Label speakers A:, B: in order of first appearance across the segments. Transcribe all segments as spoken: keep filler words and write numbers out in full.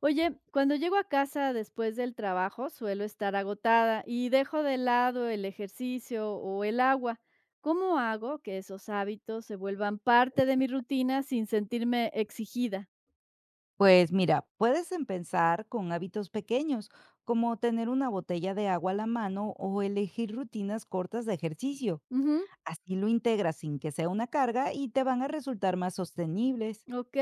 A: Oye, cuando llego a casa después del trabajo suelo estar agotada y dejo de lado el ejercicio o el agua. ¿Cómo hago que esos hábitos se vuelvan parte de mi rutina sin sentirme exigida?
B: Pues mira, puedes empezar con hábitos pequeños, como tener una botella de agua a la mano o elegir rutinas cortas de ejercicio.
A: Ujú,
B: Así lo integras sin que sea una carga y te van a resultar más sostenibles.
A: ok.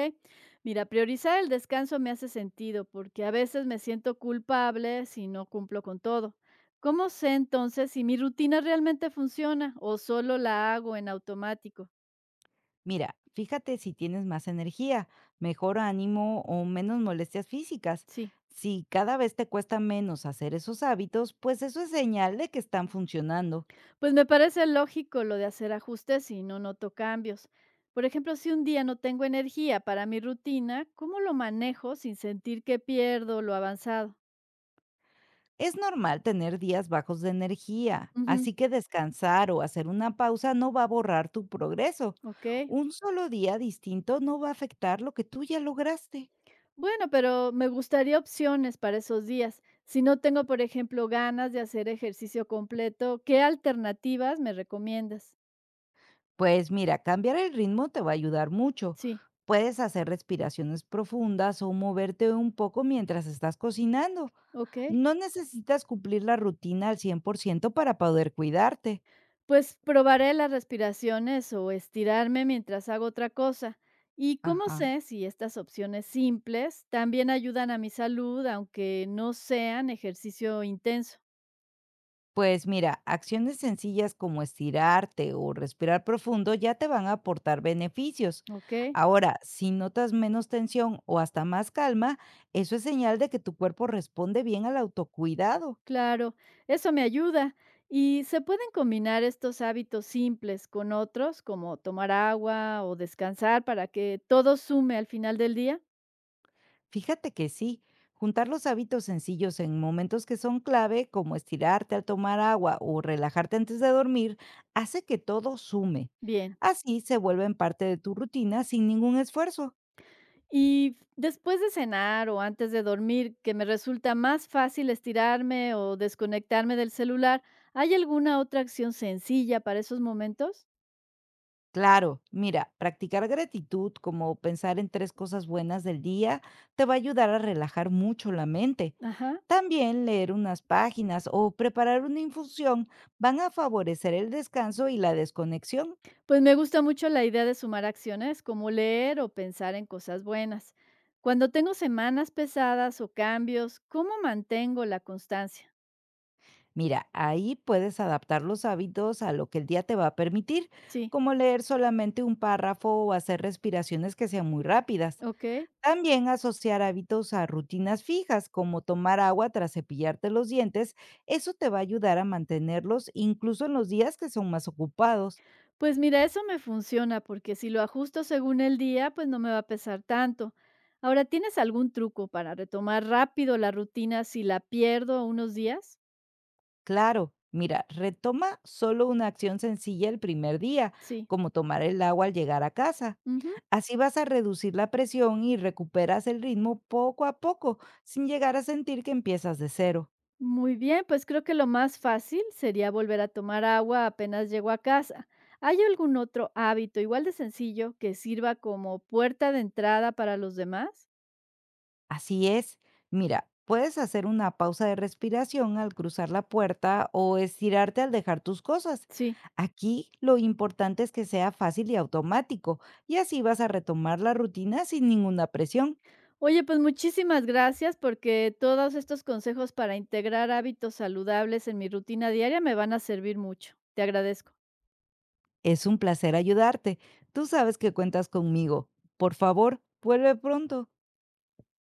A: Mira, priorizar el descanso me hace sentido porque a veces me siento culpable si no cumplo con todo. ¿Cómo sé entonces si mi rutina realmente funciona o solo la hago en automático?
B: Mira, fíjate si tienes más energía, mejor ánimo o menos molestias físicas.
A: Sí.
B: Si cada vez te cuesta menos hacer esos hábitos, pues eso es señal de que están funcionando.
A: Pues me parece lógico lo de hacer ajustes si no noto cambios. Por ejemplo, si un día no tengo energía para mi rutina, ¿cómo lo manejo sin sentir que pierdo lo avanzado?
B: Es normal tener días bajos de energía,
A: Ujú,
B: así que descansar o hacer una pausa no va a borrar tu progreso.
A: ok.
B: Un solo día distinto no va a afectar lo que tú ya lograste.
A: Bueno, pero me gustaría opciones para esos días. Si no tengo, por ejemplo, ganas de hacer ejercicio completo, ¿qué alternativas me recomiendas?
B: Pues mira, cambiar el ritmo te va a ayudar mucho.
A: Sí,
B: Puedes hacer respiraciones profundas o moverte un poco mientras estás cocinando.
A: ok.
B: No necesitas cumplir la rutina al cien por ciento para poder cuidarte.
A: Pues probaré las respiraciones o estirarme mientras hago otra cosa. ¿Y cómo
B: Ajá.
A: sé si estas opciones simples también ayudan a mi salud, aunque no sean ejercicio intenso?
B: Pues mira, acciones sencillas como estirarte o respirar profundo ya te van a aportar beneficios.
A: ¿Ok?
B: Ahora, si notas menos tensión o hasta más calma, eso es señal de que tu cuerpo responde bien al autocuidado.
A: Claro, eso me ayuda. ¿Y se pueden combinar estos hábitos simples con otros, como tomar agua o descansar, para que todo sume al final del día?
B: Fíjate que sí, juntar los hábitos sencillos en momentos que son clave, como estirarte al tomar agua o relajarte antes de dormir, hace que todo sume.
A: Bien.
B: Así se vuelven parte de tu rutina sin ningún esfuerzo.
A: Y después de cenar o antes de dormir, que me resulta más fácil estirarme o desconectarme del celular, ¿hay alguna otra acción sencilla para esos momentos?
B: Claro, mira, practicar gratitud, como pensar en tres cosas buenas del día, te va a ayudar a relajar mucho la mente.
A: Ajá.
B: También leer unas páginas o preparar una infusión van a favorecer el descanso y la desconexión.
A: Pues me gusta mucho la idea de sumar acciones, como leer o pensar en cosas buenas. Cuando tengo semanas pesadas o cambios, ¿cómo mantengo la constancia?
B: Mira, ahí puedes adaptar los hábitos a lo que el día te va a permitir,
A: Sí,
B: como leer solamente un párrafo o hacer respiraciones que sean muy rápidas.
A: ok.
B: También asociar hábitos a rutinas fijas, como tomar agua tras cepillarte los dientes, eso te va a ayudar a mantenerlos incluso en los días que son más ocupados.
A: Pues mira, eso me funciona porque si lo ajusto según el día, pues no me va a pesar tanto. Ahora, ¿tienes algún truco para retomar rápido la rutina si la pierdo unos días?
B: Claro, mira, retoma solo una acción sencilla el primer día,
A: Sí.
B: como tomar el agua al llegar a casa.
A: Ujú.
B: Así vas a reducir la presión y recuperas el ritmo poco a poco, sin llegar a sentir que empiezas de cero.
A: Muy bien, pues creo que lo más fácil sería volver a tomar agua apenas llego a casa. ¿Hay algún otro hábito igual de sencillo que sirva como puerta de entrada para los demás?
B: Así es. Mira, puedes hacer una pausa de respiración al cruzar la puerta o estirarte al dejar tus cosas.
A: Sí.
B: Aquí lo importante es que sea fácil y automático, y así vas a retomar la rutina sin ninguna presión.
A: Oye, pues muchísimas gracias porque todos estos consejos para integrar hábitos saludables en mi rutina diaria me van a servir mucho. Te agradezco.
B: Es un placer ayudarte. Tú sabes que cuentas conmigo. Por favor, vuelve pronto.